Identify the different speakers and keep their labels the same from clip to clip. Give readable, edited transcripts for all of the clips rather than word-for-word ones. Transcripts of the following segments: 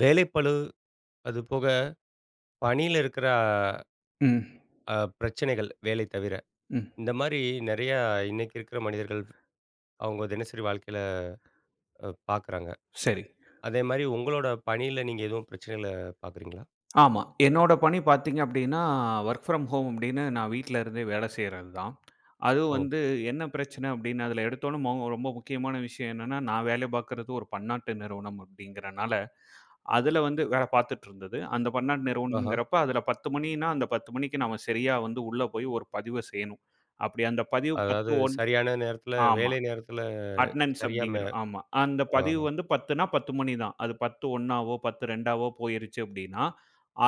Speaker 1: வேலைப்பளு, அதுபோக பணியில இருக்கிற
Speaker 2: ம்.
Speaker 1: அ பிரச்சனைகள், வேலை தவிர.
Speaker 2: ம்.
Speaker 1: இந்த மாரி நெறையா இன்னைக்கு இருக்கிற மனிதர்கள் அவங்க தினசரி வாழ்க்கையில பார்க்குறாங்க.
Speaker 2: சரி.
Speaker 1: அதே மாரி உங்களோட பணியில நீங்க எதுவும் பிரச்சனைகள பார்க்குறீங்களா?
Speaker 2: ஆமா. என்னோட பணி பார்த்தீங்க அப்டின்னா, வொர்க் ஃப்ரம் ஹோம் அப்டின்னு நான் வீட்ல இருந்தே வேலை செய்றது தான். அதுவும்
Speaker 1: ஓ!
Speaker 2: வந்து என்ன பிரச்சனை அப்டின்னா, அதில எடுத்தோனே ரொம்ப முக்கியமான விஷயம் என்னன்னா, நான் வேலை பார்க்குறது ஒரு பன்னாட்டு நிறுவனம் அப்டிங்கிறனால, அதில வந்து வேலை பார்த்துட்டு இருந்தது. அந்த பன்னாட்டு
Speaker 1: ஆஹா.
Speaker 2: நிறுவனம்ங்கிறப்ப அதில 10 மணின்னா, அந்த 10 மணிக்கு நாம சரியா வந்து உள்ள போய் ஒரு பதிவ செய்யணும். அப்டி அந்த பதிவு
Speaker 1: அதாவது
Speaker 2: 10:01
Speaker 1: சரியான நேரத்தில,
Speaker 2: ஆமா.
Speaker 1: வேலை நேரத்தில
Speaker 2: அட்டெண்டன்ஸ்
Speaker 1: சரியா
Speaker 2: அப்படிங்கிற
Speaker 1: மே
Speaker 2: ஆமா. அந்த
Speaker 1: ஆ.
Speaker 2: பதிவு வந்து 10ன்னா 10 மணி தான். அது 10:01வோ, 10:02வோ போயிருச்சு அப்படின்னா,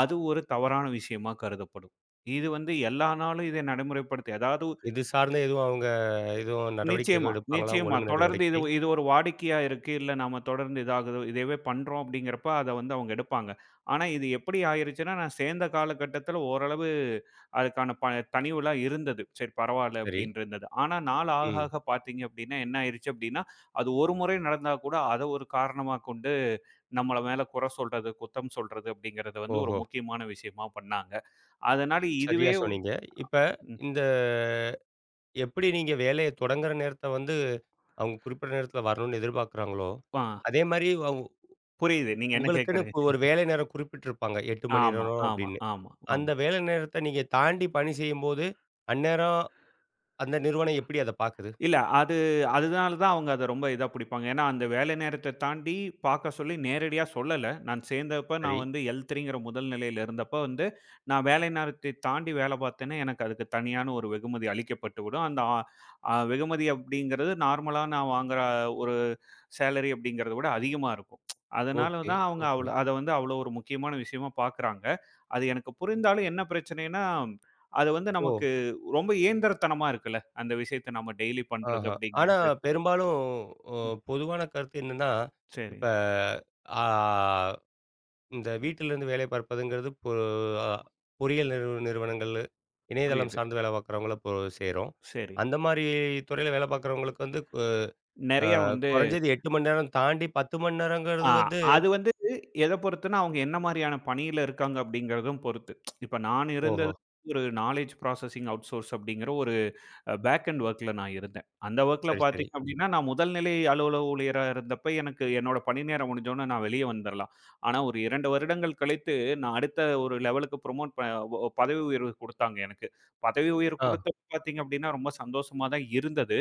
Speaker 2: அது ஒரு தவறான விஷயமா கருதப்படும். இது வந்து எல்லா நாளும் இதை நடைமுறைப்படுத்த ஏதாவது
Speaker 1: இது சார்ந்த எதுவும் அவங்க எதுவும் நடவடிக்கை
Speaker 2: நிச்சயமா,
Speaker 1: எதுவும் எடுப்பாங்களா?
Speaker 2: நிச்சயமா.
Speaker 1: ஒழுங்கு
Speaker 2: தொடர்ந்து இது
Speaker 1: நடவடிக்கை.
Speaker 2: இது ஒரு வாடிக்கையா இருக்கு. இல்ல நாம தொடர்ந்து இதாகுது. இதவே பண்றோம் அப்படிங்கிறப்ப அத வந்து அவங்க எடுப்பாங்க. ஆனா இது எப்படி ஆயிருச்சுன்னா, நான் சேர்ந்த காலகட்டத்தில ஓரளவு அதுக்கான ப தணிவுலாம் இருந்தது. சரி பரவால்ல
Speaker 1: சரி.
Speaker 2: அப்படின்னு இருந்தது. ஆனா நாள் ஆக
Speaker 1: ம்.
Speaker 2: ஆக பார்த்தீங்க அப்படின்னா, என்ன ஆயிருச்சு அப்படின்னா, அது ஒரு முறை நடந்தா கூட அத ஒரு காரணமா கொண்டு நம்மள மேல குறை சொல்றது, குத்தம் சொல்றது அப்படிங்கிறத வந்து ஒரு
Speaker 1: ஓஹோ!
Speaker 2: முக்கியமான விஷயமா பண்ணாங்க. அதனால
Speaker 1: சரியா சொன்னீங்க. இப்ப
Speaker 2: ம்.
Speaker 1: இந்த எப்படி நீங்க வேலைய தொடங்குற நேரத்த வந்து, அவங்க குறிப்பிட்ட நேரத்தில வரணும்னு எதிர்பார்க்குறாங்களோ,
Speaker 2: ஆ
Speaker 1: அதே மாரி அவ்
Speaker 2: புரியுது. நீங்க என்ன
Speaker 1: உங்களுக்குன்னு
Speaker 2: கேட்கறது.
Speaker 1: ஒரு வேலை நேரம் குறிப்பிட்டிருப்பாங்க. 8 மணி
Speaker 2: ஆமா,
Speaker 1: நேரம்
Speaker 2: ஆமா,
Speaker 1: அப்படின்னு.
Speaker 2: ஆமா,
Speaker 1: அந்த
Speaker 2: ஆமா.
Speaker 1: வேலை நேரத்த நீங்க தாண்டி பணி செய்யும்போது, அந்நேரம் அந்த நிறுவனம் எப்படி அத பார்க்குது?
Speaker 2: இல்ல. அதுனால தான் அவங்க அத ரொம்ப இதா பிடிப்பாங்க. ஏன்னா, அந்த வேலை நேரத்த தாண்டி பார்க்க சொல்லி நேரடியா சொல்லல. நான் சேர்ந்தப்ப
Speaker 1: சரி.
Speaker 2: நான் வந்து L3ங்கிற முதல் நிலையில இருந்தப்ப வந்து, நான் வேலை நேரத்தை தாண்டி வேலை பார்த்தேன்னா, எனக்கு அதுக்கு தனியான ஒரு வெகுமதி அளிக்கப்பட்டுவிடும். அந்த ஆ அ வெகுமதி அப்படிங்கிறது நார்மலா நான் வாங்குற ஒரு சேலரி அப்படிங்கிறத விட அதிகமா இருக்கும். அதனால
Speaker 1: ஓகே,
Speaker 2: தான் அவங்க அவ்ளோ
Speaker 1: ஓகே.
Speaker 2: அத வந்து அவ்ளோ ஒரு முக்கியமான விஷயமா பார்க்குறாங்க. அது எனக்கு புரிந்தாலும் என்ன பிரச்சனைன்னா, அது வந்து
Speaker 1: ஓ!
Speaker 2: நமக்கு ரொம்ப இயந்திரத்தனமா இருக்குல்ல. அந்த விஷயத்த நம்ம டெய்லி பண்றது
Speaker 1: ஆஹா. ஆனா
Speaker 2: அப்படிங்கிறது.
Speaker 1: பெரும்பாலும் அ
Speaker 2: ம்.
Speaker 1: பொதுவான கருத்து என்னன்னா,
Speaker 2: சரி.
Speaker 1: இப்ப ஆ இந்த வீட்டிலிருந்து வேலை பார்ப்பதுங்கிறது பொ அ பொறியியல் நிறுவனங்கள், இணையதளம்
Speaker 2: புரியுது.
Speaker 1: சார்ந்து வேலை பார்க்குறவங்கள இப்போ சேரும்.
Speaker 2: சரி.
Speaker 1: அந்த மாரி துறையில வேலை பார்க்குறவங்களுக்கு வந்து
Speaker 2: நெறையா வந்து
Speaker 1: குறைஞ்சது 8 மணி நேரம் தாண்டி 10 மணி
Speaker 2: ஆ
Speaker 1: நேரங்கிறது வந்து
Speaker 2: அது வந்து எத பொறுத்துன்னா, அவங்க என்ன மாரியான பணியில இருக்காங்க அப்படிங்கிறதும் பொறுத்து. இப்ப நான் இருந்தது
Speaker 1: ஓஹோ!
Speaker 2: ஒரு நாலேட்ஜ் ப்ராசஸிங் அவுட்சோர்ஸ் அப்படிங்கிற ஒரு பேக் அண்ட் வொர்க்ல நான் இருந்தேன். அந்த வொர்க்ல
Speaker 1: சரி, சரி.
Speaker 2: பார்த்தீங்க அப்படின்னா, நான் முதல் நிலை அலுவலக ஊழியரா இருந்தப்ப எனக்கு என்னோட பணி நேரம் முடிஞ்சோனே நான் வெளிய வந்துரலாம். ஆனா ஒரு 2 வருடங்கள் கழித்து நான் அடுத்த ஒரு லெவலுக்கு ப்ரமோட் ப ஒ பதவி உயர்வு குடுத்தாங்க எனக்கு. பதவி உயர்வு
Speaker 1: ஆ
Speaker 2: குடுத்தப்ப பார்த்தீங்க அப்படின்னா, ரொம்ப சந்தோஷமா தான் இருந்தது.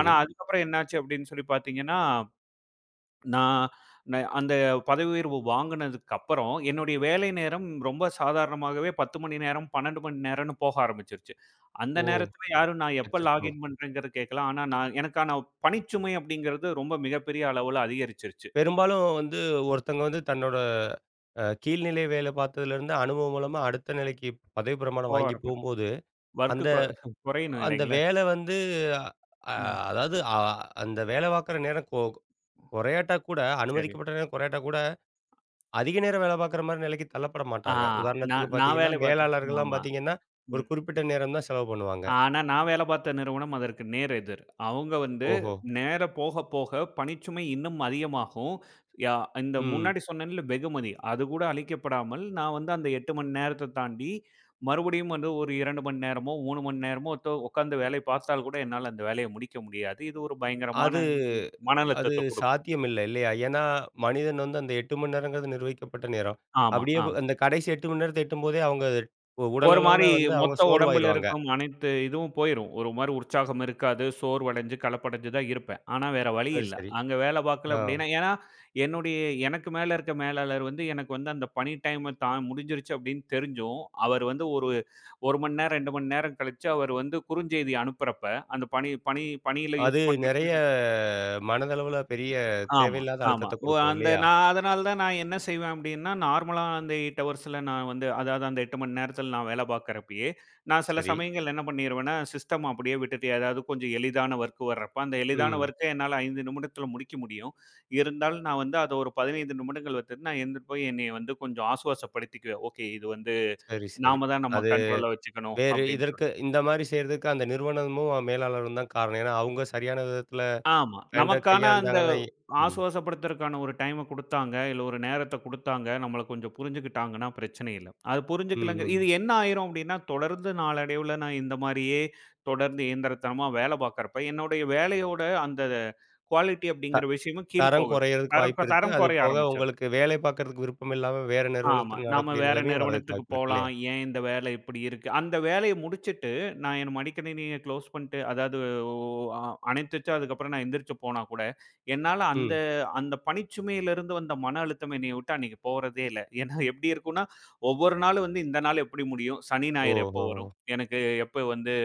Speaker 2: ஆனா அதுக்கப்புறம் என்னாச்சு அப்படின்னு சொல்லி பார்த்தீங்கன்னா நான் நான் அந்த பதவி உயர்வு வாங்குனதுக்கு அப்புறம், என்னுடைய வேலை நேரம் ரொம்ப சாதாரணமாகவே 10 மணி நேரம், 12 மணி நேரம்னு போக ஆரம்பிச்சுருச்சு. அந்த
Speaker 1: ஓ!
Speaker 2: நேரத்தில யாரும் நான் எப்ப
Speaker 1: அச்சச்சோ!
Speaker 2: லாகின் பண்றேங்கிறது கேட்கல. ஆனா, நான் எனக்கான பணிச்சுமை அப்படிங்கிறது ரொம்ப மிகப்பெரிய அளவுல அதிகரிச்சுருச்சு.
Speaker 1: பெரும்பாலும் வந்து ஒருத்தங்க வந்து தன்னோட கீழ்நிலை வேலை பார்த்ததுலேருந்து அனுபவம் மூலமா அடுத்த நிலைக்கு பதவி பிரமாணம்
Speaker 2: போக
Speaker 1: வாங்கி
Speaker 2: ஆரம்பி
Speaker 1: போம்போது,
Speaker 2: வொர்க்
Speaker 1: அந்த
Speaker 2: கொ குறையணும்
Speaker 1: அந்த
Speaker 2: இல்லைங்களா?
Speaker 1: வேலை வந்து அ
Speaker 2: ம்.
Speaker 1: அதாவது அந்த வேலை பார்க்குற நேரம் கொறையாட்டா கூட
Speaker 2: சரி.
Speaker 1: அனுமதிக்கப்பட்ட நேரம் கொறையாட்டா கூட, அதிக நேரம் வேலை பார்க்குற மாரி நிலைக்கு தள்ளப்பட
Speaker 2: ஆ
Speaker 1: மாட்டாங்க. உதாரணத்துக்கு
Speaker 2: நான் நான்
Speaker 1: பார்த்தீங்கன்னா,
Speaker 2: வேலை பார்த்தேன்.
Speaker 1: மேலாளர்கள்லாம்
Speaker 2: ஆமா.
Speaker 1: பார்த்தீங்கன்னா, ஒரு
Speaker 2: ம்.
Speaker 1: குறிப்பிட்ட நேரம் தான் செலவு பண்ணுவாங்க.
Speaker 2: ஆனா, நான் வேலை பார்த்த நிறுவனம் அதற்கு நேர் எதிர். அவங்க வந்து
Speaker 1: ஓஹோ!
Speaker 2: நேர போக போக பணிச்சுமை இன்னும் அதிகமாகும். யா இந்த
Speaker 1: ம்.
Speaker 2: முன்னாடி சொன்னேன்ல வெகுமதி, அது கூட அளிக்கப்படாமல் நான் வந்து அந்த 8 மணி நேரத்த தாண்டி மறுபடியும் வந்து ஒரு 2 மணி நேரமோ, 3 மணி நேரமோ உட்கார்ந்து வேலை பார்த்தால் கூட என்னால அந்த வேலைய முடிக்க முடியாது. இது ஒரு பயங்கரமான
Speaker 1: அது
Speaker 2: மன
Speaker 1: அது
Speaker 2: அழுத்தத்த குடுக்கும்.
Speaker 1: சாத்தியம் இல்ல இல்லையா? ஏன்னா, மனிதன் வந்து அந்த 8 மணி நேரங்கிறது நிர்வகிக்கப்பட்ட நேரம்.
Speaker 2: ஆமா.
Speaker 1: அப்படியே அந்த கடைசி 8 மணி நேரத்த எட்டும்போதே அவங்க
Speaker 2: ஒரு
Speaker 1: உடலளவுல
Speaker 2: மாரி
Speaker 1: வந்து அவங்க
Speaker 2: மொத்த உடம்புல
Speaker 1: சோர்வாயிருவாங்க.
Speaker 2: இருக்கும் அனைத்து இதுவும் போயிரும். ஒரு மாரி உற்சாகம் இருக்காது. சோர்வடைஞ்சு, கலப்படைஞ்சு தான் இருப்பேன். ஆனா வேற வழி
Speaker 1: சரி,
Speaker 2: இல்ல.
Speaker 1: சரி.
Speaker 2: அங்க வேல பார்க்கல
Speaker 1: ஆ.
Speaker 2: அப்டின்னா ஏன்னா, என்னுடைய எனக்கு மேல இருக்க மேலாளர் வந்து எனக்கு வந்து அந்த பணி டைம தான் முடிஞ்சிருச்சு அப்டின்னு தெரிஞ்சும், அவர் வந்து ஒரு 1 மணி நேரம், 2 மணி நேரம் கழிச்சு அவர் வந்து குறுஞ்செய்தி அனுப்புறப்ப, அந்த பணி பணி பணியில
Speaker 1: அது
Speaker 2: யூஸ்
Speaker 1: நெறைய
Speaker 2: பண்றதுக்கு
Speaker 1: மனதளவுல பெரிய
Speaker 2: ஆமா,
Speaker 1: தேவையில்லாத
Speaker 2: ஆமா.
Speaker 1: அழுத்தத்த குடுக்கும்
Speaker 2: அந்த
Speaker 1: இல்லையா?
Speaker 2: நான் அதனால தான் நான் என்ன செய்வேன் அப்டின்னா, நார்மலா அந்த 8 ஹவர்ஸ்ல நான் வந்து அதாவது அந்த 8 மணி நேரத்தில நான் வேலை பார்க்குறப்பயே, நான் சில
Speaker 1: சரி.
Speaker 2: சமயங்கள்ல என்ன பண்ணிருவேன்னா, சிஸ்டம் அப்படியே விட்டுட்டு ஏதாவது கொஞ்சம் எளிதான வொர்க் வர்றப்ப, அந்த எளிதான
Speaker 1: ம்.
Speaker 2: வொர்க்க என்னால 5 நிமிடத்தில முடிக்க முடியும். இருந்தாலும் நான் வந்து அத ஒரு 15 நிமிடங்கள் வச்சுட்டு நான் எழுந்துட்டு போய் என்னைய வந்து கொஞ்சம் ஆசுவாசப்படுத்திக்குவேன். ஓகே இது வந்து
Speaker 1: சரி, சரி.
Speaker 2: நாம தான் நம்ம
Speaker 1: அது
Speaker 2: கண்ட்ரோல்ல வச்சுக்கணும்
Speaker 1: வேறு
Speaker 2: அப்படின்னு சொல்லி.
Speaker 1: இதற்கு இந்த மாரி செய்றதுக்கு அந்த நிறுவனமும், மேலாளரும் தான் காரணம். ஏன்னா, அவங்க சரியான விதத்தில
Speaker 2: ஆமா. நமக்கான அந்த
Speaker 1: கையாண்டாங்கன்னா ம்,
Speaker 2: ஆசுவாசப்படுத்துறதுக்கான ஒரு டைம குடுத்தாங்க. இல்ல ஒரு நேரத்த குடுத்தாங்க. நம்மள கொஞ்சம் புரிஞ்சுக்கிட்டாங்கன்னா பிரச்சனை இல்ல. அது
Speaker 1: ம்,
Speaker 2: புரிஞ்சுக்கலங்க இது
Speaker 1: ம்.
Speaker 2: என்ன ஆயிரும் அப்டின்னா, தொடர்ந்து நாளடைவுல நான் இந்த மாரியே தொடர்ந்து இயந்திரத்தனமா வேல பார்க்கறப்ப, என்னுடைய வேலையோட அந்த குவாலிட்டி
Speaker 1: த
Speaker 2: அப்டிங்கிற விஷயமும் கீழ்
Speaker 1: தரம்
Speaker 2: போகுது.
Speaker 1: குறையறதுக்கு
Speaker 2: தரம்
Speaker 1: வாய்ப்பு இருக்கு.
Speaker 2: தரம்
Speaker 1: அது
Speaker 2: குறைய
Speaker 1: போக
Speaker 2: ஆரம்பிச்சிருது.
Speaker 1: உங்களுக்கு வேலை பார்க்கறதுக்கு விருப்பம் இல்லாம வேற
Speaker 2: ஆமா.
Speaker 1: நிறுவனத்தில
Speaker 2: நாம
Speaker 1: நடக்கூடிய
Speaker 2: வேற
Speaker 1: நிலைமையும் வர்றதுக்கு
Speaker 2: நிறுவனத்துக்கு
Speaker 1: வாய்ப்பு இருக்கு
Speaker 2: போலாம்.
Speaker 1: இல்லையா?
Speaker 2: ஏன் இந்த வேலை இப்படி இருக்கு? அந்த வேலைய முடிச்சுட்டு, நான் என் மடிக்கணினிய க்ளோஸ் பண்ணிட்டு, அதாவது ஒ அ அணைத்துட்டு அதுக்கப்புறம் நான் எந்திரிச்சு போனா கூட, என்னால அந்த
Speaker 1: ம்.
Speaker 2: அந்த பணிச்சுமையிலிருந்து வந்த மன அழுத்தம் என்னைய விட்டு அன்னைக்கு போறதே இல்ல. ஏன்னா எப்படி இருக்கும்னா, ஒவ்வொரு நாளும் வந்து இந்த நாள் எப்படி முடியும்? சனி, ஞாயிறு எப்போ
Speaker 1: ஓஹோ!
Speaker 2: வரும்? எனக்கு எப்போ வந்து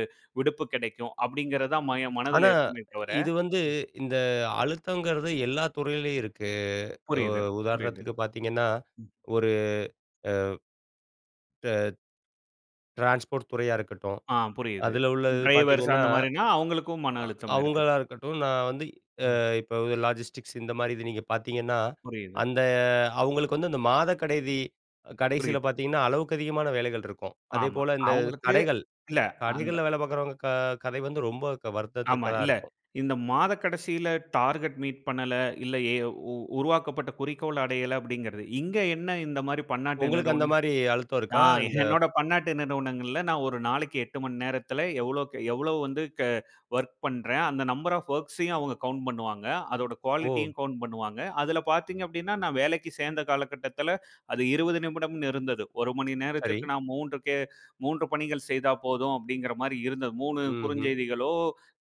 Speaker 2: விடுப்பு கிடைக்கும்? அப்படிங்கிறது தான் என்
Speaker 1: ஆனா,
Speaker 2: மனதில இருக்குமே தவிர
Speaker 1: இது வந்து
Speaker 2: ம்.
Speaker 1: இந்த அழுத்தங்கிறது எல்லா துறையிலயும் இருக்கு. ஒ
Speaker 2: புரியுது, புரியுது.
Speaker 1: உதாரணத்துக்கு பார்த்தீங்கன்னா,
Speaker 2: ம்.
Speaker 1: ஒரு ட டிரான்ஸ்போர்ட் துறையா இருக்கட்டும்,
Speaker 2: புரியுது.
Speaker 1: அதில உள்ளது
Speaker 2: டிரைவர்ஸ்
Speaker 1: பார்த்தீங்கன்னா
Speaker 2: அந்த மாரினா, அவங்களுக்கும் மன
Speaker 1: அ
Speaker 2: அழுத்தம் இருக்கு.
Speaker 1: அவங்களா இருக்கட்டும், நான் வந்து அ
Speaker 2: ம்.
Speaker 1: இப்போ லாஜிஸ்டிக்ஸ் இந்த மாரி இது நீங்க பார்த்தீங்கன்னா,
Speaker 2: புரியுது.
Speaker 1: அந்த அவங்களுக்கு வந்து அந்த மாத கடைசியில
Speaker 2: புரியுது.
Speaker 1: பார்த்தீங்கன்னா, அளவுக்கு அதிகமான வேலைகள் இருக்கும்.
Speaker 2: ஆமா.
Speaker 1: அதேபோல இந்த
Speaker 2: அவங்களுக்கு
Speaker 1: கடைகள்,
Speaker 2: இல்ல அந்த
Speaker 1: கடைகள்ல வேலை பார்க்குறவங்க கதை வந்து ரொம்ப
Speaker 2: ஆமா.
Speaker 1: வருந்தத்தக்கதா
Speaker 2: இல்ல.
Speaker 1: இருக்கும்.
Speaker 2: இந்த மாத கடைசியில டார்கெட் மீட் பண்ணல, இல்ல எ உ உருவாக்கப்பட்ட குறிக்கோள் அடையல அப்படிங்கிறது. இங்க என்ன இந்த மாரி பன்னாட்டு
Speaker 1: உங்களுக்கு அந்த
Speaker 2: நிறுவன
Speaker 1: மாரி அழுத்தம்
Speaker 2: ஆ
Speaker 1: இருக்கா? இந்த
Speaker 2: என்னோட பன்னாட்டு நிறுவனங்கள்ல நான் ஒரு நாளைக்கு 8 மணி நேரத்துல எவ்வளோக்கு எவ்வளோ வந்து வொர்க் பண்றேன். அந்த நம்பர் ஆஃப் வொர்க்ஸையும் அவங்க கவுண்ட் பண்ணுவாங்க. அதோட
Speaker 1: ஓ!
Speaker 2: குவாலிட்டியும் கவுண்ட் பண்ணுவாங்க. அதுல பார்த்தீங்க அப்டின்னா, நான் வேலைக்கு சேர்ந்த காலகட்டத்துல அது 20 நிமிடம்னு இருந்தது. 1 மணி
Speaker 1: சரி.
Speaker 2: நேரத்திற்கு நான் 3 பணிகள் செய்தா போதும் அப்படிங்கிற மாரி இருந்தது. 3
Speaker 1: ம்ஹ்ம்,
Speaker 2: குறுஞ்செய்திகளோ,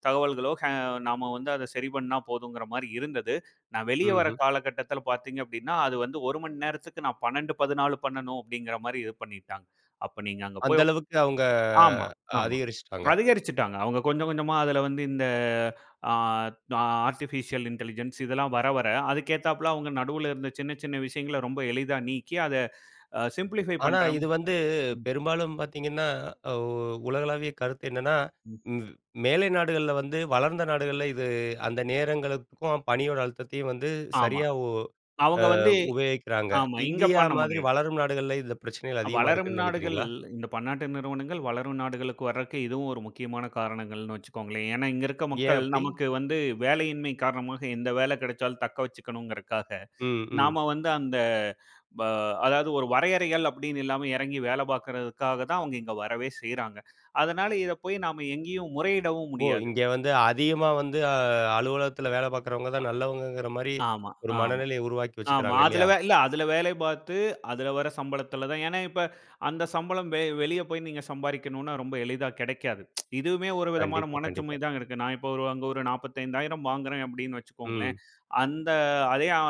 Speaker 2: தகவல்களோ நாம வந்து அத சரி பண்ணா போதுங்கிற மாரி இருந்தது. நான் வெளிய வர
Speaker 1: ம்ஹ்ம்.
Speaker 2: காலகட்டத்தில பார்த்தீங்க அப்டின்னா, அது வந்து 1 மணி நேரத்துக்கு நான் 12, 14 பண்ணணும் அப்டிங்கிற மாரி இது பண்ணிட்டாங்க. அப்ப நீங்க அங்க
Speaker 1: அந்த
Speaker 2: போய் உக்-
Speaker 1: அளவுக்கு அவங்க
Speaker 2: ஆமா, ஆமா.
Speaker 1: அதிகரிச்சுட்டாங்க.
Speaker 2: அதிகரிச்சுட்டாங்க. அவங்க கொஞ்சம் கொஞ்சமா அதுல வந்து இந்த ஆ ஆர்டிஃபிஷியல் இன்டெலிஜென்ஸ் இதெல்லாம் வர வர, அதுக்கேத்தாப்ல அவங்க நடுவுல இருந்த சின்ன சின்ன விஷயங்கள ரொம்ப எளிதா நீக்கி அத சிம்ப்ளிஃபை
Speaker 1: ஆனா,
Speaker 2: பண்ற
Speaker 1: இது வந்து பெரும்பாலும் பார்த்தீங்கன்னா, அ ஒ உலகளாவிய கருத்து என்னன்னா,
Speaker 2: ம்.
Speaker 1: ம் மேலை நாடுகள்ல வந்து வளர்ந்த நாடுகள்ல இது அந்த நேரங்களுக்கும் பணியோட அழுத்தத்தையும் வந்து
Speaker 2: ஆமா.
Speaker 1: சரியா ஒ அ
Speaker 2: அவங்க வந்து
Speaker 1: உபயோகிக்கிறாங்க.
Speaker 2: ஆமா. இங்க
Speaker 1: இந்தியா
Speaker 2: பண்ண
Speaker 1: மாதிரி
Speaker 2: முடியாது.
Speaker 1: வளரும் நாடுகள்ல இந்த பிரச்சனைகள் அதிகமா
Speaker 2: வளரும்
Speaker 1: இருக்குன்னு
Speaker 2: நாடுகள்
Speaker 1: நினைக்கிறீங்களா?
Speaker 2: இந்த பன்னாட்டு நிறுவனங்கள் வளரும் நாடுகளுக்கு வர்றதுக்கு இதுவும் ஒரு முக்கியமான காரணங்கள்னு வச்சுக்கோங்களேன். ஏன்னா, இங்க இருக்க
Speaker 1: ஏன்
Speaker 2: மக்கள்
Speaker 1: அப்படி?
Speaker 2: நமக்கு வந்து வேலையின்மை காரணமாக எந்த வேலை கிடைச்சாலும் தக்க வச்சுக்கணுங்கிறதுக்காக,
Speaker 1: ம், ம்.
Speaker 2: நாம வந்து அந்த ப அதாவது ஒரு வரையறைகள் அப்படின்னு இல்லாம இறங்கி வேலை பார்க்கறதுக்காக தான் அவங்க இங்க வரவே செய்றாங்க. அதனால இத போய் நாம எங்கேயும் முறையிடவும்
Speaker 1: ஓ!
Speaker 2: முடியாது.
Speaker 1: இங்க வந்து அதிகமா வந்து அலுவலகத்துல வேலை பார்க்குறவங்க தான் நல்லவங்கங்கிற மாரி
Speaker 2: ஆமா,
Speaker 1: ஒரு
Speaker 2: ஆமா.
Speaker 1: மனநிலைய உருவாக்கி
Speaker 2: ஆமா.
Speaker 1: வச்சுக்கிறாங்க
Speaker 2: அதுல
Speaker 1: இல்லையா?
Speaker 2: வே இல்ல அதுல வேலை பார்த்து, அதுல வர சம்பளத்துல தான் ஏன்னா இப்ப அந்த சம்பளம் வெளிய போய் நீங்க சம்பாரிக்கணும்னா ரொம்ப எளிதா கிடைக்காது. இதுவுமே ஒரு விதமான
Speaker 1: கண்டிப்பா,
Speaker 2: மனச்சுமை
Speaker 1: கண்டிப்பா.
Speaker 2: தான் இருக்கு. நான் இப்போ ஒரு அங்க ஒரு 45,000 வாங்குறேன் அப்படின்னு வச்சுக்கோங்களேன்.
Speaker 1: ம்.
Speaker 2: அந்த அதே அ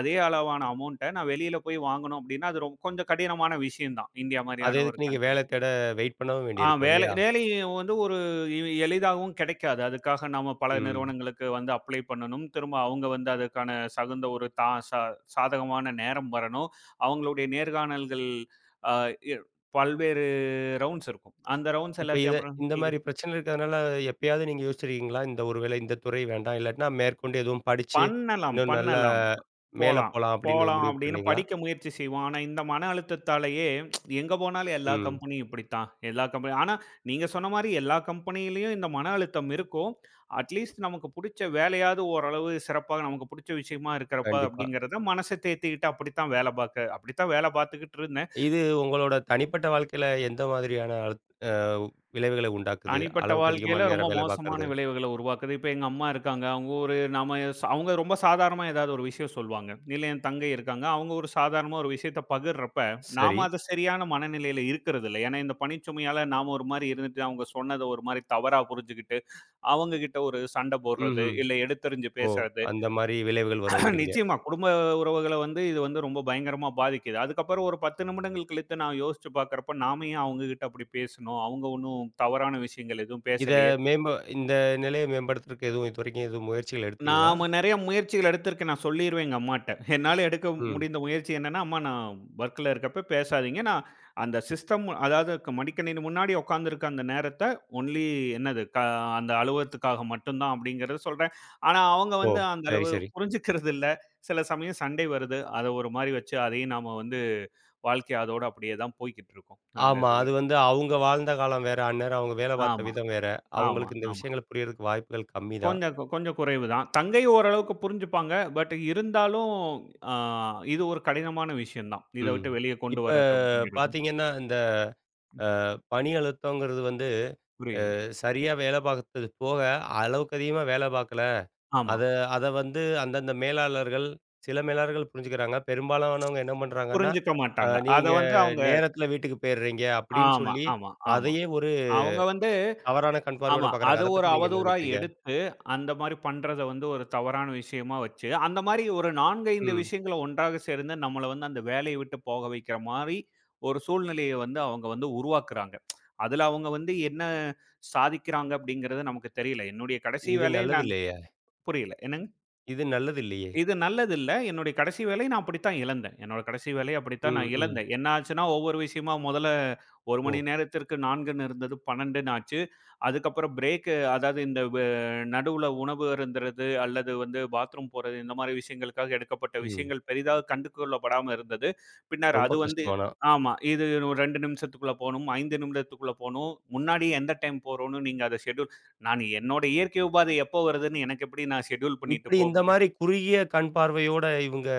Speaker 2: அதே அளவான அமௌண்ட்ட நான் வெளியில போய் வாங்கணும் அப்படின்னா, அது கொஞ்சம் கடினமான விஷயம் தான். இந்தியா
Speaker 1: அது
Speaker 2: மாரியான ஒரு
Speaker 1: எதுக்கு நீங்க
Speaker 2: கன்ட்ரில.
Speaker 1: வேலை தேட வெயிட் பண்ணவும்
Speaker 2: ஆ
Speaker 1: வேண்டியிருக்கும்
Speaker 2: வேலை
Speaker 1: இல்லையா?
Speaker 2: வேலை வந்து ஒரு எளிதாகவும் கிடைக்காது. அதுக்காக நாம பல
Speaker 1: ம்.
Speaker 2: நிறுவனங்களுக்கு வந்து அப்ளை பண்ணணும். திரும்ப அவங்க வந்து அதுக்கான தகுந்த ஒரு தா சா சாதகமான நேரம் வரணும். அவங்களுடைய நேர்காணல்கள் அ இ பல்வேறு ரவுண்ட்ஸ் இருக்கும். அந்த ரவுண்ட்ஸ்
Speaker 1: இப்ப
Speaker 2: எல்லாத்தையும்
Speaker 1: இத
Speaker 2: அப்புறம்
Speaker 1: இந்த மாரி
Speaker 2: உங்களுக்கு-
Speaker 1: பிரச்சனை இருக்கிறதுனால, எப்பயாவது நீங்க யோசிச்சிருக்கீங்களா? இந்த ஒரு வேளை இந்த துறை வேண்டாம். இல்லாட்டினா மேற்கொண்டு எதுவும் படிச்சு,
Speaker 2: பண்ணலாம்,
Speaker 1: இன்னும் நல்ல
Speaker 2: பண்ணலாம்.
Speaker 1: மேல
Speaker 2: போலாம்.
Speaker 1: போலாம் அப்படின்னு
Speaker 2: போலாம்
Speaker 1: முடிவு
Speaker 2: அப்படின்னு
Speaker 1: பண்ணீங்களா?
Speaker 2: படிக்க முயற்சி செய்வோம். ஆனா, இந்த மன அழுத்தத்தாலேயே எங்க போனாலும் எல்லா
Speaker 1: ம்.
Speaker 2: கம்பெனியும் இப்படித்தான். எல்லா கம்பெனி ஆனா, நீங்க சொன்ன மாரி எல்லா கம்பெனியிலயும் இந்த மன அழுத்தம் இருக்கும். அட்லீஸ்ட் நமக்கு புடிச்ச வேலையாவது ஓரளவு சிறப்பா நமக்கு புடிச்ச விஷயமா இருக்கிறப்ப
Speaker 1: கண்டிப்பா.
Speaker 2: அப்படிங்கிறத மனச தேத்திக்கிட்டு அப்படித்தான் வேலை பாக்க அப்படித்தான் வேலை பாத்துக்கிட்டு இருந்தேன்.
Speaker 1: இது உங்களோட தனிப்பட்ட வாழ்க்கையில எந்த மாதிரியான அழு அ விளைவுகளை உண்டாக்குது?
Speaker 2: தனிப்பட்ட
Speaker 1: அளவுக்கு
Speaker 2: வாழ்க்கையில
Speaker 1: அதிகமான
Speaker 2: ரொம்ப
Speaker 1: நேரம் வேலை
Speaker 2: மோசமான
Speaker 1: பார்க்கறது.
Speaker 2: விளைவுகள உருவாக்குது. இப்ப எங்க அம்மா இருக்காங்க. அவங்க ரொம்ப சாதாரணமா ஏதாவது ஒரு விஷயம் சொல்வாங்க. இல்ல என் தங்கை இருக்காங்க. அவங்க ஒரு சாதாரணமா ஒரு விஷயத்த பகிர்றப்ப,
Speaker 1: சரி.
Speaker 2: நாம அது சரியான மனநிலையில இருக்கிறதில்ல. ஏன்னா இந்த பணிச்சுமையால நாம ஒரு மாரி இருந்துட்டு, அவங்க சொன்னத ஒரு மாரி தவறா புரிஞ்சுகிட்டு, அவங்க கிட்ட ஒரு சண்டை போடுறது,
Speaker 1: ம்ஹ்ம்.
Speaker 2: இல்ல எடுத்தெறிஞ்சு
Speaker 1: ஓ!
Speaker 2: பேசுறது.
Speaker 1: அந்த மாரி விளைவுகள் வருங்கிறீங்க.
Speaker 2: நிச்சயமா குடும்ப உறவுகள வந்து இது வந்து ரொம்ப பயங்கரமா பாதிக்குது. அதுக்கப்புறம் ஒரு 10 நிமிடங்கள் கழித்து நான் யோசிச்சு பார்க்கிறப்ப, நாம ஏன் அவங்க கிட்ட அப்படி பேசணும்? அவங்க ஒண்ணும் தவறான விஷயங்கள் எதுவும்
Speaker 1: இத
Speaker 2: பேசலையே!
Speaker 1: மேம்ப இந்த நிலைய மேம்படுத்துறதுக்கு எதுவும் இதுவரைக்கும் எதுவும் முயற்சிகள் எடுத்தீங்களா?
Speaker 2: நாம நெறைய முயற்சிகள் எடுத்திருக்கேன். நான் சொல்லிருவேன் எங்க அம்மாட்ட. என்னால எடுக்க
Speaker 1: ம்.
Speaker 2: முடிந்த முயற்சி என்னன்னா, "அம்மா நான் வொர்க்ல இருக்கப்ப பேசாதீங்க. நான் அந்த சிஸ்டம் அதாவது மடிக்கணினி முன்னாடி உட்கார்ந்திருக்க அந்த நேரத்த ஒன்லி என்னது க அந்த அலுவலகத்துக்காக மட்டும் தான்" அப்படிங்கிறத சொல்றேன். ஆனா அவங்க
Speaker 1: ஓ!
Speaker 2: வந்து அந்த
Speaker 1: சரி,
Speaker 2: அளவு
Speaker 1: சரி.
Speaker 2: புரிஞ்சுக்கிறது இல்ல. சில சமயம் சண்டை வருது. அத ஒரு மாரி வச்சு அதையும் நாம வந்து வாழ்க்கை அதோட அப்படியே தான் போய்க்கிட்டு இருக்கும். அந்த
Speaker 1: ஆமா.
Speaker 2: இதுல.
Speaker 1: அது வந்து அவங்க வாழ்ந்த காலம் வேற, அந்நேரம் அவங்க வேலை பார்த்த
Speaker 2: ஆமா,
Speaker 1: விதம் வேற.
Speaker 2: ஆமா,
Speaker 1: அவங்களுக்கு இந்த
Speaker 2: ஆமா.
Speaker 1: விஷயங்கள் புரியறதுக்கு வாய்ப்புகள் கம்மி தான்.
Speaker 2: கொஞ்சம் குறைவு தான். தங்கை ஓரளவுக்கு புரிஞ்சுப்பாங்க. பட் இருந்தாலும் அ இது ஒரு கடினமான விஷயம் தான். இத
Speaker 1: ம்.
Speaker 2: விட்டு வெளிய கொண்டு
Speaker 1: இப்ப
Speaker 2: வர்றது அப்படிங்கிறது.
Speaker 1: பார்த்தீங்கன்னா, இந்த பணி அழுத்தங்கிறது வந்து
Speaker 2: புரியுது.
Speaker 1: சரியா வேலை பார்த்தது போக, அளவுக்கு அதிகமா வேலை பார்க்கல.
Speaker 2: ஆமா.
Speaker 1: அத அத வந்து அந்தந்த மேலாளர்கள், சில மேலாளர்கள் புரிஞ்சுக்கிறாங்க. பெரும்பாலானவங்க என்ன பண்றாங்கன்னா,
Speaker 2: புரிஞ்சுக்க மாட்டாங்க. அத
Speaker 1: நீங்க
Speaker 2: வந்து அவங்க
Speaker 1: நேரத்தில வீட்டுக்கு போயிடுறீங்க அப்படின்னு
Speaker 2: ஆமா,
Speaker 1: சொல்லி,
Speaker 2: ஆமா, ஆமா.
Speaker 1: அதையே ஒரு
Speaker 2: அவங்க வந்து
Speaker 1: தவறான
Speaker 2: ஆமா.
Speaker 1: கண்பார்வையோட
Speaker 2: அத
Speaker 1: பார்க்குறாங்க. அத
Speaker 2: ஒரு
Speaker 1: பத்தி நீங்க என்ன
Speaker 2: அவதூறா
Speaker 1: நினைக்கிறீங்க?
Speaker 2: எடுத்து, அந்த மாரி பண்றத வந்து ஒரு தவறான விஷயமா வச்சு, அந்த மாரி ஒரு 4, 5
Speaker 1: ம்.
Speaker 2: விஷயங்கள ஒன்றாக சேர்ந்து நம்மள வந்து அந்த வேலைய விட்டு போக வைக்கிற மாரி, ஒரு சூழ்நிலைய வந்து அவங்க வந்து உருவாக்குறாங்க. அதுல அவங்க வந்து என்ன சாதிக்கிறாங்க அப்படிங்கிறது நமக்கு தெரியல. என்னுடைய கடைசி
Speaker 1: இது
Speaker 2: வேலை
Speaker 1: நல்லது
Speaker 2: நான்
Speaker 1: இல்லையே!
Speaker 2: புரியல. என்னங்க?
Speaker 1: இது நல்லது இல்லையே!
Speaker 2: இது நல்லதில்ல. என்னுடைய கடைசி வேலை நான் அப்படித்தான் இழந்தேன். என்னோட கடைசி வேலைய அப்படித்தான்
Speaker 1: ம்,
Speaker 2: நான்
Speaker 1: ம்.
Speaker 2: இழந்தேன். என்ன ஆச்சுன்னா, ஒவ்வொரு விஷயமா முதல்ல 1
Speaker 1: ஓ!
Speaker 2: மணி நேரத்திற்கு 4ன்னு இருந்தது 12ன்னு ஆச்சு. அதுக்கப்புறம் பிரேக்கு அதாவது இந்த வ நடுவுல உணவு அருந்துறது அல்லது வந்து பாத்ரூம் போறது இந்த மாரி விஷயங்களுக்காக எடுக்கப்பட்ட
Speaker 1: ம்.
Speaker 2: விஷயங்கள் பெரிதாக கண்டுகொள்ளப்படாம இருந்தது. பின்னர்
Speaker 1: ரொம்ப
Speaker 2: அது வந்து
Speaker 1: கஷ்டம் ஆனா.
Speaker 2: ஆமா. இது ஒரு 2 நிமிஷத்துக்குள்ள போணும். 5 நிமிடத்துக்குள்ள போணும். முன்னாடி எந்த டைம் போறோம்னு நீங்க அத ஷெட்யூல் நான் என்னோட இயற்கை உபாதை எப்போ வருதுன்னு எனக்கு எப்படி நான் ஷெட்யூல் பண்ணிட்டு
Speaker 1: இப்படி
Speaker 2: போ
Speaker 1: இந்த
Speaker 2: முடியும்?
Speaker 1: மாரி குறுகிய கண் பார்வையோட இவங்க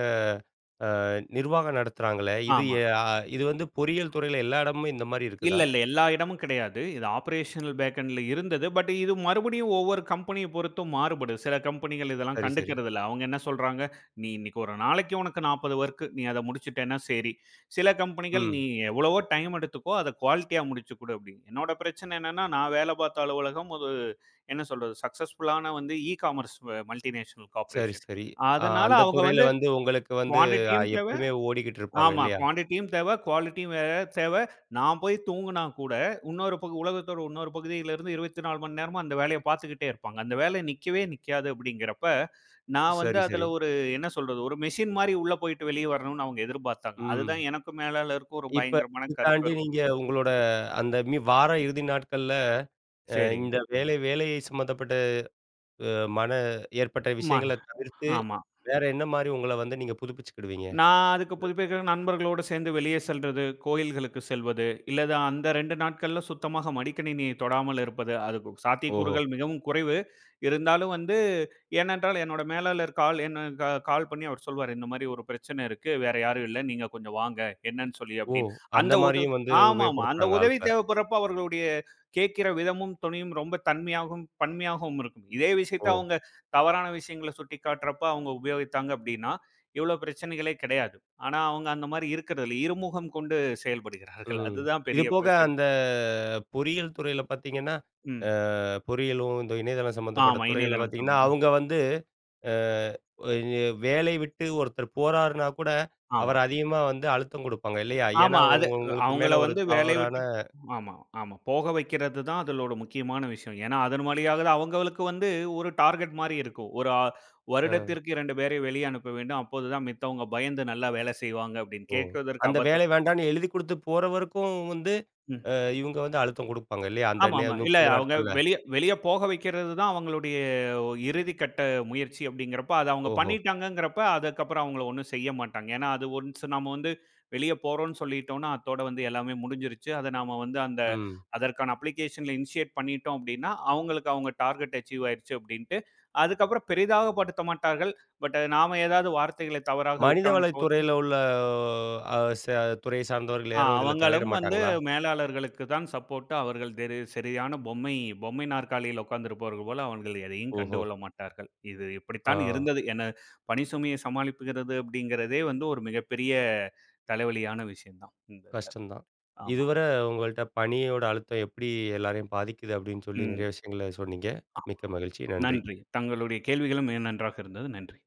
Speaker 1: அ நிர்வாகம் நடத்துறாங்களே, இது
Speaker 2: ஆமா.
Speaker 1: எ அ இது வந்து பொறியியல் துறையில எல்லா இடமுமே இந்த மாரி
Speaker 2: இல்ல,
Speaker 1: இருக்குதா?
Speaker 2: இல்ல. எல்லா இடமும் கிடையாது. இது ஆப்பரேஷனல் பேக்கெண்ட்ல இருந்தது. பட் இது மறுபடியும் ஒவ்வொரு கம்பெனிய பொறுத்தும் மாறுபடும். சில கம்பெனிகள் இதெல்லாம்
Speaker 1: சரி, சரி.
Speaker 2: கண்டுக்கிறதில்ல. அவங்க என்ன சொல்றாங்க, "நீ இன்னைக்கு ஒரு நாளைக்கு உனக்கு 40 வொர்க். நீ அத முடிச்சுட்டேன்னா சரி. சில கம்பெனிகள் நீ
Speaker 1: ம்.
Speaker 2: எவ்வளவோ டைம் எடுத்துக்கோ. அத குவாலிட்டியா முடிச்சு குடு" அப்படின்னு. என்னோட பிரச்சனை என்னன்னா, நான் வேலை பார்த்த அலுவலகம் ஒரு என்ன சொல்றது? சக்சஸ்ஃபுல்லான வந்து இ-காமர்ஸ் மல்டிநேஷனல்
Speaker 1: சரி,
Speaker 2: கார்ப்பரேஷன்.
Speaker 1: சரி.
Speaker 2: அதனால
Speaker 1: அந்த
Speaker 2: அவங்க
Speaker 1: துறையில
Speaker 2: வந்து
Speaker 1: வந்து உங்களுக்கு வந்து
Speaker 2: குவான்டிட்டியும் தேவ
Speaker 1: எப்பயுமே ஓடிக்கிட்டு இருப்பாங்க
Speaker 2: ஆமா.
Speaker 1: இல்லையா?
Speaker 2: குவான்டிட்டியும் தேவ, குவாலிட்டியும் வேற தேவ. நான் போய் தூங்குனா கூட, இன்னொரு பகு உலகத்தோட இன்னொரு பகுதியிலிருந்து 24 மணி நேரமும் அந்த வேலைய பார்த்துக்கிட்டே இருப்பாங்க. அந்த வேலை நிக்கவே நிக்காது அப்படிங்கிறப்ப, நான் வந்து
Speaker 1: சரி,
Speaker 2: அதுல
Speaker 1: சரி.
Speaker 2: ஒரு என்ன சொல்றது, ஒரு மெஷின் மாரி உள்ள போயிட்டு வெளிய வரணும்னு அவங்க எதிர்பார்த்தாங்க. அதுதான்
Speaker 1: ம்.
Speaker 2: எனக்கும் மேலாளருக்கும் ஒரு
Speaker 1: இப்ப
Speaker 2: பயங்கரமான
Speaker 1: இது
Speaker 2: கருத்து
Speaker 1: தாண்டி
Speaker 2: வேறுபாடு.
Speaker 1: நீங்க உங்களோட அந்த மி வார இறுதி நாட்கள்ல,
Speaker 2: சரி.
Speaker 1: இந்த வேலை வேலை சம்மந்தப்பட்ட அ மன ஏற்பட்ட
Speaker 2: ஆமா,
Speaker 1: விஷயங்கள தவிர்த்து
Speaker 2: ஆமா.
Speaker 1: வேற என்ன மாரி உங்கள வந்து நீங்க புதுப்பிச்சுக்கிடுவீங்க?
Speaker 2: நான் அதுக்கு புதுப்பிக்கிற நண்பர்களோடு சேர்ந்து வெளியே செல்றது, கோயில்களுக்கு செல்வது, இல்லது அந்த 2 நாட்கள்ல சுத்தமாக மடிக்கணினியை தொடாமல் இருப்பது. அதுக்கு
Speaker 1: ஓஹோ!
Speaker 2: சாத்தியக்கூறுகள் மிகவும் குறைவு. இருந்தாலும் வந்து ஏனென்றால் என்னோட மேலாளர் கால் என்ன கா கால் பண்ணி அவர் சொல்வாரு, "இந்த மாரி ஒரு பிரச்சனை இருக்கு. வேற யாரும் இல்ல. நீங்க கொஞ்சம் வாங்க. என்னன்னு சொல்லி"
Speaker 1: ஓ!
Speaker 2: அப்படின்னு.
Speaker 1: அந்த
Speaker 2: அந்த உத
Speaker 1: மாரியும் வந்து
Speaker 2: ஆமாமா. அந்த
Speaker 1: உபயோகப்படுத்துறாங்க
Speaker 2: உதவி
Speaker 1: ஆட்கள்.
Speaker 2: தேவைப்படுறப்ப அவர்களுடைய கேட்கிற விதமும், துணியும் ரொம்ப தன்மையாகவும், பன்மையாகவும் இருக்கும். இதே விஷயத்த
Speaker 1: ஓ!
Speaker 2: அவங்க தவறான விஷயங்கள சுட்டிக்காட்டுறப்ப அவங்க உபயோகித்தாங்க அப்படின்னா, இவ்வளோ பிரச்சனைகளே கிடையாது. ஆனா, அவங்க அந்த மாரி இருக்கிறதில்ல. இருமுகம் கொண்டு செயல்படுகிறார்கள்.
Speaker 1: ம்.
Speaker 2: அதுதான்
Speaker 1: இது
Speaker 2: பெரிய
Speaker 1: போக
Speaker 2: பிரச்சனை.
Speaker 1: அந்த பொறியியல் துறையில பார்த்தீங்கன்னா,
Speaker 2: ம்.
Speaker 1: அ பொறியியலும், இந்த இணையதளம் சம்மந்தப்பட்ட
Speaker 2: ஆமா.
Speaker 1: துறைகள்ல
Speaker 2: இணையதளம்
Speaker 1: பார்த்தீங்கன்னா,
Speaker 2: சொந்தம். ம்.
Speaker 1: அவங்க வந்து அ எ வேலை விட்டு ஒருத்தர் போறாருன்னா கூட,
Speaker 2: ஆமா.
Speaker 1: அவர அதிகமா வந்து அழுத்தம் குடுப்பாங்க இல்லையா?
Speaker 2: ஆமா.
Speaker 1: ஏன்னா, உங்களுக்கு
Speaker 2: அவங்கள
Speaker 1: மேல ஒரு
Speaker 2: வந்து வேலைய
Speaker 1: தவறான
Speaker 2: விட்டு ஆமா, ஆமா. போக வைக்கிறது தான் அதலோட முக்கியமான விஷயம். ஏன்னா, அதன் வழியாக தான் அவங்களுக்கு வந்து ஒரு டார்கெட் மாரி இருக்கும். ஒரு அ
Speaker 1: அ
Speaker 2: வருடத்திற்கு 2 பேரை வெளிய அனுப்ப வேண்டும். அப்போது தான் மித்தவங்க பயந்து நல்லா வேலை செய்வாங்க அப்படின்னு
Speaker 1: ஓ!
Speaker 2: கேட்கிறதற்கு
Speaker 1: அந்த வேலை
Speaker 2: அபத்திரம்.
Speaker 1: வேண்டான்னு எழுதி குடுத்து போறவருக்கும் வந்து,
Speaker 2: ம்.
Speaker 1: இவங்க வந்து அழுத்தம் குடுப்பாங்க இல்லையா? அந்த நே
Speaker 2: ஆமாமா. இல்ல
Speaker 1: 30
Speaker 2: அவங்க
Speaker 1: நாட்கள்ல.
Speaker 2: வெளிய வெளிய போக வைக்கிறது தான் அவங்களுடைய இறுதி கட்ட முயற்சி அப்படிங்கிறப்ப, அத அவங்க
Speaker 1: ஓஹோ!
Speaker 2: பண்ணிட்டாங்கங்கிறப்ப, அதுக்கப்புறம் அவங்கள ஒண்ணும் செய்ய மாட்டாங்க. ஏன்னா, அது ஒன்ஸ் நாம வந்து வெளிய போறோம்ன்னு சொல்லிட்டோம்னா, அத்தோட வந்து எல்லாமே முடிஞ்சிருச்சு. அத நாம வந்து அந்த
Speaker 1: ம்.
Speaker 2: அதற்கான அப்ளிகேஷன்ல இனிஷியேட் பண்ணிட்டோம் அப்படின்னா, அவங்களுக்கு அவங்க டார்கெட் அச்சீவ் ஆயிருச்சு அப்படின்ட்டு, அதுக்கப்புறம் பெரிதாக படுத்த மாட்டார்கள். பட் நாம ஏதாவது வார்த்தைகளை தவறாக விட்டோம்னோ
Speaker 1: மனிதவளத்துறையில உள்ள அ ச துறை சார்ந்தவர்கள் யாரும் இதில தலையிட
Speaker 2: அவங்களும் வந்து
Speaker 1: மாட்டாங்களா?
Speaker 2: மேலாளர்களுக்கு தான் சப்போர்ட்டா அவர்கள் தெரி சரியான பொம்மை பொம்மை நாற்காலியில் உட்கார்ந்திருப்பவர்கள் போல அவர்கள் எதையும்
Speaker 1: ஓஹோ!
Speaker 2: கண்டுகொள்ள மாட்டார்கள். இது
Speaker 1: ஆ
Speaker 2: இப்படித்தான் இருந்தது. பணி சுமையை சமாளிப்புகிறது அப்படிங்கிறதே வந்து ஒரு மிகப்பெரிய தலைவலியான விஷயம் தான் இந்த இதுல.
Speaker 1: கஷ்டம் தான்.
Speaker 2: ஆமா.
Speaker 1: இதுவரை உங்கள்ட்ட பணியோட அழுத்தம் எப்படி எல்லாரையும் பாதிக்குது அப்படின்னு சொல்லி
Speaker 2: ம்.
Speaker 1: நிறைய விஷயங்கள சொன்னீங்க.
Speaker 2: ஆ
Speaker 1: மிக்க மகிழ்ச்சி. நன்றி.
Speaker 2: நன்றி. தங்களுடைய கேள்விகளும் மிக நன்றாக இருந்தது. நன்றி.